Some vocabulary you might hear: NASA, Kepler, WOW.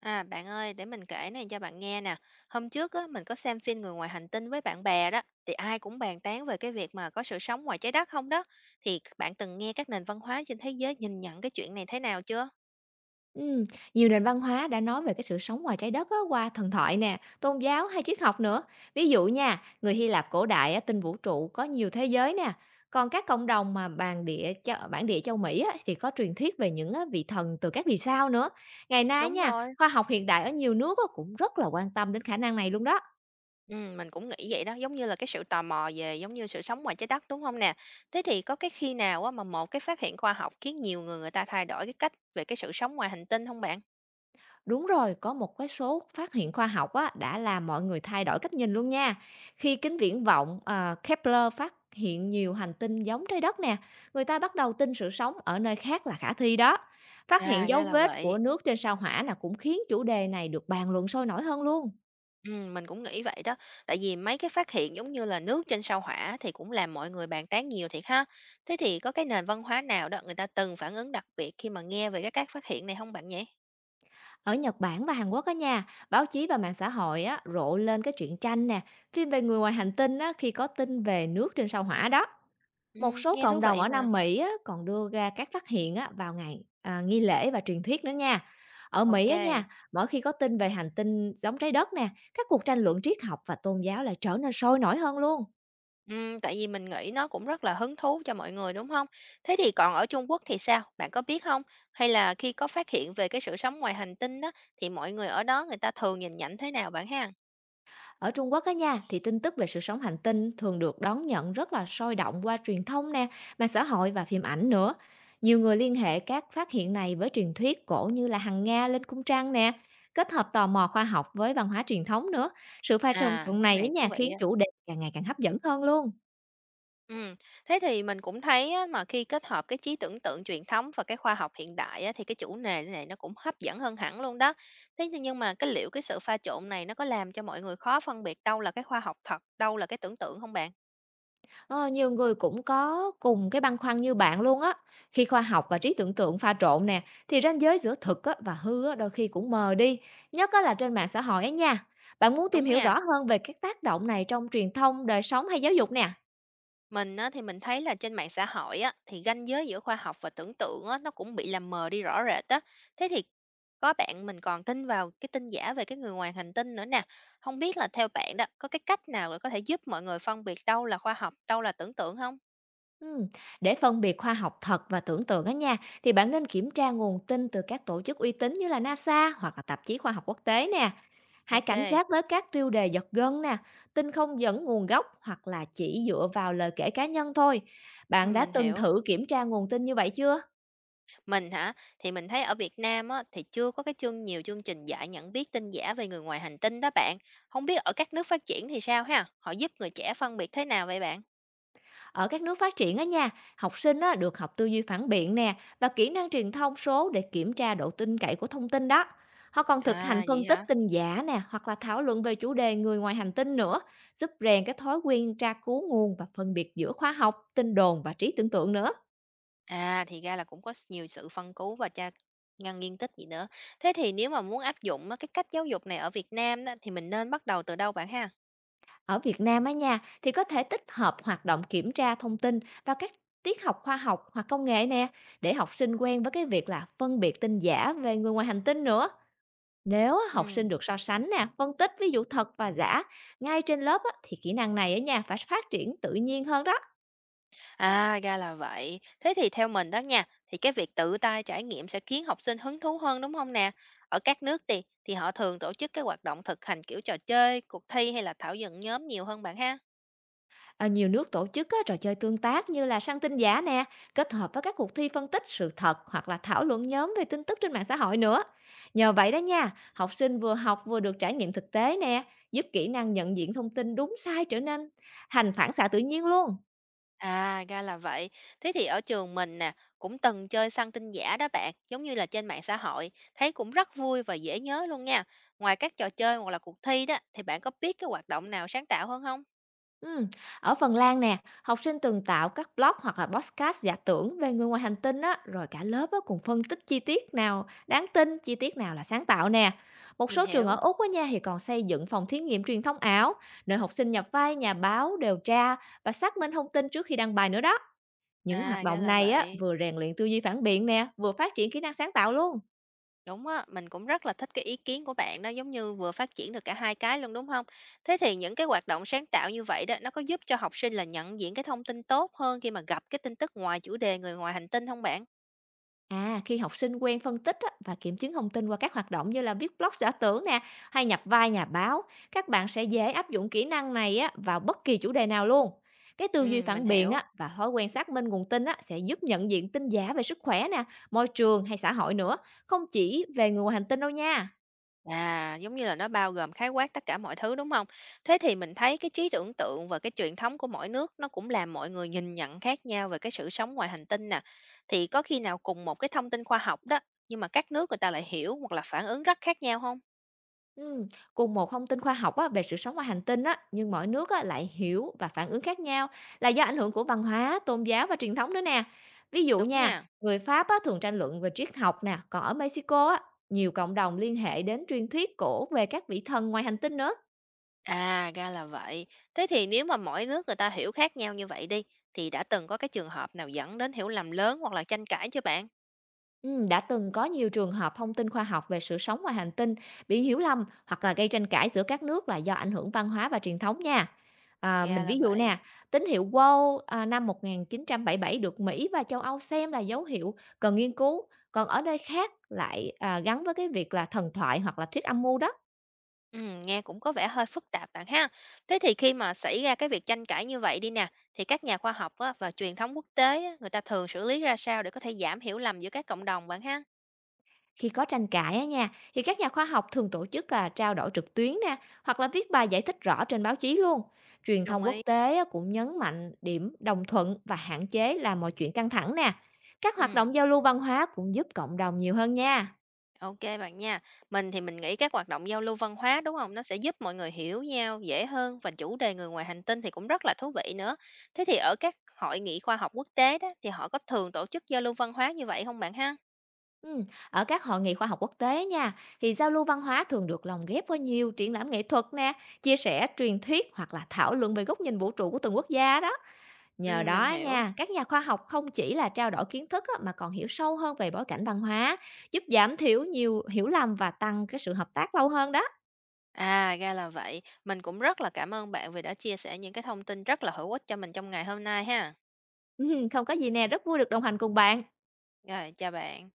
À, bạn ơi, để mình kể này cho bạn nghe nè. Hôm trước á, mình có xem phim Người ngoài hành tinh với bạn bè đó, thì ai cũng bàn tán về cái việc mà có sự sống ngoài trái đất không đó. Thì các bạn từng nghe các nền văn hóa trên thế giới nhìn nhận cái chuyện này thế nào chưa? Ừm, Nhiều nền văn hóa đã nói về cái sự sống ngoài trái đất á, qua thần thoại nè, tôn giáo hay triết học nữa. Ví dụ nha, người Hy Lạp cổ đại á, tin vũ trụ có nhiều thế giới nè. Còn các cộng đồng mà bản địa cho bản địa châu Mỹ á, thì có truyền thuyết về những á, vị thần từ các vì sao nữa. Ngày nay Đúng nha, rồi. khoa học hiện đại ở nhiều nước á, cũng rất là quan tâm đến khả năng này luôn đó. Ừ, mình cũng nghĩ vậy đó, giống như là cái sự tò mò về giống như sự sống ngoài trái đất đúng không nè? Thế thì có cái khi nào á, mà một cái phát hiện khoa học khiến nhiều người người ta thay đổi cái cách về cái sự sống ngoài hành tinh không bạn? Đúng rồi, có một cái số phát hiện khoa học á, đã làm mọi người thay đổi cách nhìn luôn nha. Khi kính viễn vọng Kepler phát hiện nhiều hành tinh giống trái đất nè, người ta bắt đầu tin sự sống ở nơi khác là khả thi đó. Phát hiện À, dấu ra là vết của vậy. nước trên sao hỏa là cũng khiến chủ đề này được bàn luận sôi nổi hơn luôn. Mình cũng nghĩ vậy đó, tại vì mấy cái phát hiện giống như là nước trên sao Hỏa thì cũng làm mọi người bàn tán nhiều thiệt ha. Thế thì có cái nền văn hóa nào đó người ta từng phản ứng đặc biệt khi mà nghe về cái các phát hiện này không bạn nhỉ? Ở Nhật Bản và Hàn Quốc á nha, báo chí và mạng xã hội á, rộ lên cái truyện tranh nè, phim về người ngoài hành tinh á, khi có tin về nước trên sao hỏa đó. Một số Nghe cộng thú đồng vị ở mà. Nam Mỹ á, còn đưa ra các phát hiện á, vào ngày nghi lễ và truyền thuyết nữa nha. Ở Ok. Mỹ á nha, Kê. mỗi khi có tin về hành tinh giống trái đất nè, các cuộc tranh luận triết học và tôn giáo lại trở nên sôi nổi hơn luôn. Tại vì mình nghĩ nó cũng rất là hứng thú cho mọi người, đúng không? Thế thì còn ở Trung Quốc thì sao, bạn có biết không? Hay là khi có phát hiện về cái sự sống ngoài hành tinh đó thì mọi người ở đó người ta thường nhìn nhận thế nào bạn ha? Ở Trung Quốc á nha, thì tin tức về sự sống hành tinh thường được đón nhận rất là sôi động qua truyền thông nè, mạng xã hội và phim ảnh nữa. Nhiều người liên hệ các phát hiện này với truyền thuyết cổ như là hàng Nga lên cung trăng nè, kết hợp tò mò khoa học với văn hóa truyền thống nữa. Sự pha trộn À, cái này á này thú nha vị khiến á. chủ đề càng ngày càng hấp dẫn hơn luôn. Ừm, thế thì mình cũng thấy á, mà khi kết hợp cái trí tưởng tượng truyền thống và cái khoa học hiện đại á, thì cái chủ đề này nó cũng hấp dẫn hơn hẳn luôn đó. Thế nhưng mà cái liệu cái sự pha trộn này nó có làm cho mọi người khó phân biệt đâu là cái khoa học thật, đâu là cái tưởng tượng không bạn? Ờ, nhiều người cũng có cùng cái băn khoăn như bạn luôn á. Khi khoa học và trí tưởng tượng pha trộn nè, thì ranh giới giữa thực á, và hư á, đôi khi cũng mờ đi, nhất á, là trên mạng xã hội ấy nha. Bạn muốn tìm Đúng hiểu nha. rõ hơn về các tác động này trong truyền thông, đời sống hay giáo dục nè? Mình á, thì mình thấy là trên mạng xã hội á, thì ranh giới giữa khoa học và tưởng tượng á, nó cũng bị làm mờ đi rõ rệt á. Thế thì có bạn mình còn tin vào cái tin giả về cái người ngoài hành tinh nữa nè. Không biết là theo bạn đó, có cái cách nào để có thể giúp mọi người phân biệt đâu là khoa học, đâu là tưởng tượng không? Ừm, Để phân biệt khoa học thật và tưởng tượng á nha, thì bạn nên kiểm tra nguồn tin từ các tổ chức uy tín như là NASA hoặc là tạp chí khoa học quốc tế nè. Hãy Ok, cảnh giác với các tiêu đề giật gân nè, tin không dẫn nguồn gốc hoặc là chỉ dựa vào lời kể cá nhân thôi. ừ, Bạn đã mình từng hiểu. thử kiểm tra nguồn tin như vậy chưa? Mình hả? Thì mình thấy ở Việt Nam á, thì chưa có cái chương nhiều chương trình dạy nhận biết tin giả về người ngoài hành tinh đó bạn. Không biết ở các nước phát triển thì sao ha? Họ giúp người trẻ phân biệt thế nào vậy bạn? Ở các nước phát triển á nha, học sinh á, được học tư duy phản biện nè và kỹ năng truyền thông số để kiểm tra độ tin cậy của thông tin đó. Họ còn thực hành À phân vậy tích hả? tin giả nè hoặc là thảo luận về chủ đề người ngoài hành tinh nữa, giúp rèn cái thói quen tra cứu nguồn và phân biệt giữa khoa học, tin đồn và trí tưởng tượng nữa. À, thì ra là cũng có nhiều sự phân cứu và tra ngăn nghiên tích gì nữa. Thế thì nếu mà muốn áp dụng á, cái cách giáo dục này ở Việt Nam đó thì mình nên bắt đầu từ đâu bạn ha? Ở Việt Nam á nha, thì có thể tích hợp hoạt động kiểm tra thông tin vào các tiết học khoa học hoặc công nghệ nè, để học sinh quen với cái việc là phân biệt tin giả về người ngoài hành tinh nữa. Nếu á, học sinh Ừm. được so sánh nè, phân tích ví dụ thật và giả ngay trên lớp á, thì kỹ năng này ở nhà phải phát triển tự nhiên hơn đó. À, ra là vậy. Thế thì theo mình đó nha, thì cái việc tự tay trải nghiệm sẽ khiến học sinh hứng thú hơn, đúng không nè? Ở các nước thì họ thường tổ chức cái hoạt động thực hành kiểu trò chơi, cuộc thi hay là thảo luận nhóm nhiều hơn bạn ha? À, nhiều nước tổ chức á, trò chơi tương tác như là săn tin giả nè, kết hợp với các cuộc thi phân tích sự thật hoặc là thảo luận nhóm về tin tức trên mạng xã hội nữa. Nhờ vậy đó nha, học sinh vừa học vừa được trải nghiệm thực tế nè, giúp kỹ năng nhận diện thông tin đúng sai trở nên thành phản xạ tự nhiên luôn. À, ra là vậy. Thế thì ở trường mình nè, cũng từng chơi săn tin giả đó bạn, giống như là trên mạng xã hội, thấy cũng rất vui và dễ nhớ luôn nha. Ngoài các trò chơi hoặc là cuộc thi đó, thì bạn có biết cái hoạt động nào sáng tạo hơn không? Ừm, ở Phần Lan nè, học sinh từng tạo các blog hoặc là podcast giả tưởng về người ngoài hành tinh á, rồi cả lớp á, cùng phân tích chi tiết nào đáng tin, chi tiết nào là sáng tạo nè. Một Mình số trường ở hiểu. Úc á nha thì còn xây dựng phòng thí nghiệm truyền thông ảo, nơi học sinh nhập vai nhà báo, điều tra và xác minh thông tin trước khi đăng bài nữa đó. Những hoạt À, ra động là này á, vậy. vừa rèn luyện tư duy phản biện nè, vừa phát triển kỹ năng sáng tạo luôn. Đúng á, mình cũng rất là thích cái ý kiến của bạn đó, giống như vừa phát triển được cả hai cái luôn đúng không? Thế thì những cái hoạt động sáng tạo như vậy đó, nó có giúp cho học sinh là nhận diện cái thông tin tốt hơn khi mà gặp cái tin tức ngoài chủ đề người ngoài hành tinh không bạn? À, khi học sinh quen phân tích á, và kiểm chứng thông tin qua các hoạt động như là viết blog giả tưởng nè, hay nhập vai nhà báo, các bạn sẽ dễ áp dụng kỹ năng này á, vào bất kỳ chủ đề nào luôn. Cái tư Ừ, duy mình phản biện hiểu. á, và thói quen xác minh nguồn tin á, sẽ giúp nhận diện tin giả về sức khỏe nè, môi trường hay xã hội nữa, không chỉ về người ngoài hành tinh đâu nha. À, giống như là nó bao gồm khái quát tất cả mọi thứ, đúng không? Thế thì mình thấy cái trí tưởng tượng và cái truyền thống của mỗi nước nó cũng làm mọi người nhìn nhận khác nhau về cái sự sống ngoài hành tinh nè. Thì có khi nào cùng một cái thông tin khoa học đó, nhưng mà các nước người ta lại hiểu hoặc là phản ứng rất khác nhau không? Ừm, cùng một thông tin khoa học á, về sự sống ngoài hành tinh á, nhưng mỗi nước á, lại hiểu và phản ứng khác nhau là do ảnh hưởng của văn hóa, tôn giáo và truyền thống nữa nè. Ví dụ Đúng nha, nha. người Pháp á, thường tranh luận về triết học nè, còn ở Mexico á, nhiều cộng đồng liên hệ đến truyền thuyết cổ về các vị thần ngoài hành tinh nữa. À, ra là vậy. Thế thì nếu mà mỗi nước người ta hiểu khác nhau như vậy đi, thì đã từng có cái trường hợp nào dẫn đến hiểu lầm lớn hoặc là tranh cãi chưa bạn? Đã từng có nhiều trường hợp thông tin khoa học về sự sống ngoài hành tinh bị hiểu lầm hoặc là gây tranh cãi giữa các nước là do ảnh hưởng văn hóa và truyền thống nha. À, Ra mình là ví dụ nè, vậy. tín hiệu WOW năm 1977 được Mỹ và châu Âu xem là dấu hiệu cần nghiên cứu, còn ở nơi khác lại gắn với cái việc là thần thoại hoặc là thuyết âm mưu đó. Nghe cũng có vẻ hơi phức tạp bạn ha. Thế thì khi mà xảy ra cái việc tranh cãi như vậy đi nè, thì các nhà khoa học á, và truyền thống quốc tế á, người ta thường xử lý ra sao để có thể giảm hiểu lầm giữa các cộng đồng bạn ha? Khi có tranh cãi á nha, thì các nhà khoa học thường tổ chức là trao đổi trực tuyến nè, hoặc là viết bài giải thích rõ trên báo chí luôn. Truyền Đồng thông quốc ý. tế á, cũng nhấn mạnh điểm đồng thuận và hạn chế làm mọi chuyện căng thẳng nè. Các Ừ, hoạt động giao lưu văn hóa cũng giúp cộng đồng nhiều hơn nha. ok bạn nha. Mình thì mình nghĩ các hoạt động giao lưu văn hóa đúng không? Nó sẽ giúp mọi người hiểu nhau dễ hơn và chủ đề người ngoài hành tinh thì cũng rất là thú vị nữa. Thế thì ở các hội nghị khoa học quốc tế đó thì họ có thường tổ chức giao lưu văn hóa như vậy không bạn ha? Ừ, ở các hội nghị khoa học quốc tế nha, thì giao lưu văn hóa thường được lồng ghép với nhiều triển lãm nghệ thuật nè, chia sẻ truyền thuyết hoặc là thảo luận về góc nhìn vũ trụ của từng quốc gia đó. Nhờ Ừ, mình đó hiểu. nha, các nhà khoa học không chỉ là trao đổi kiến thức á, mà còn hiểu sâu hơn về bối cảnh văn hóa, giúp giảm thiểu nhiều hiểu lầm và tăng cái sự hợp tác lâu hơn đó. À, ra là vậy. Mình cũng rất là cảm ơn bạn vì đã chia sẻ những cái thông tin rất là hữu ích cho mình trong ngày hôm nay ha. Không có gì nè, rất vui được đồng hành cùng bạn. Rồi, chào bạn.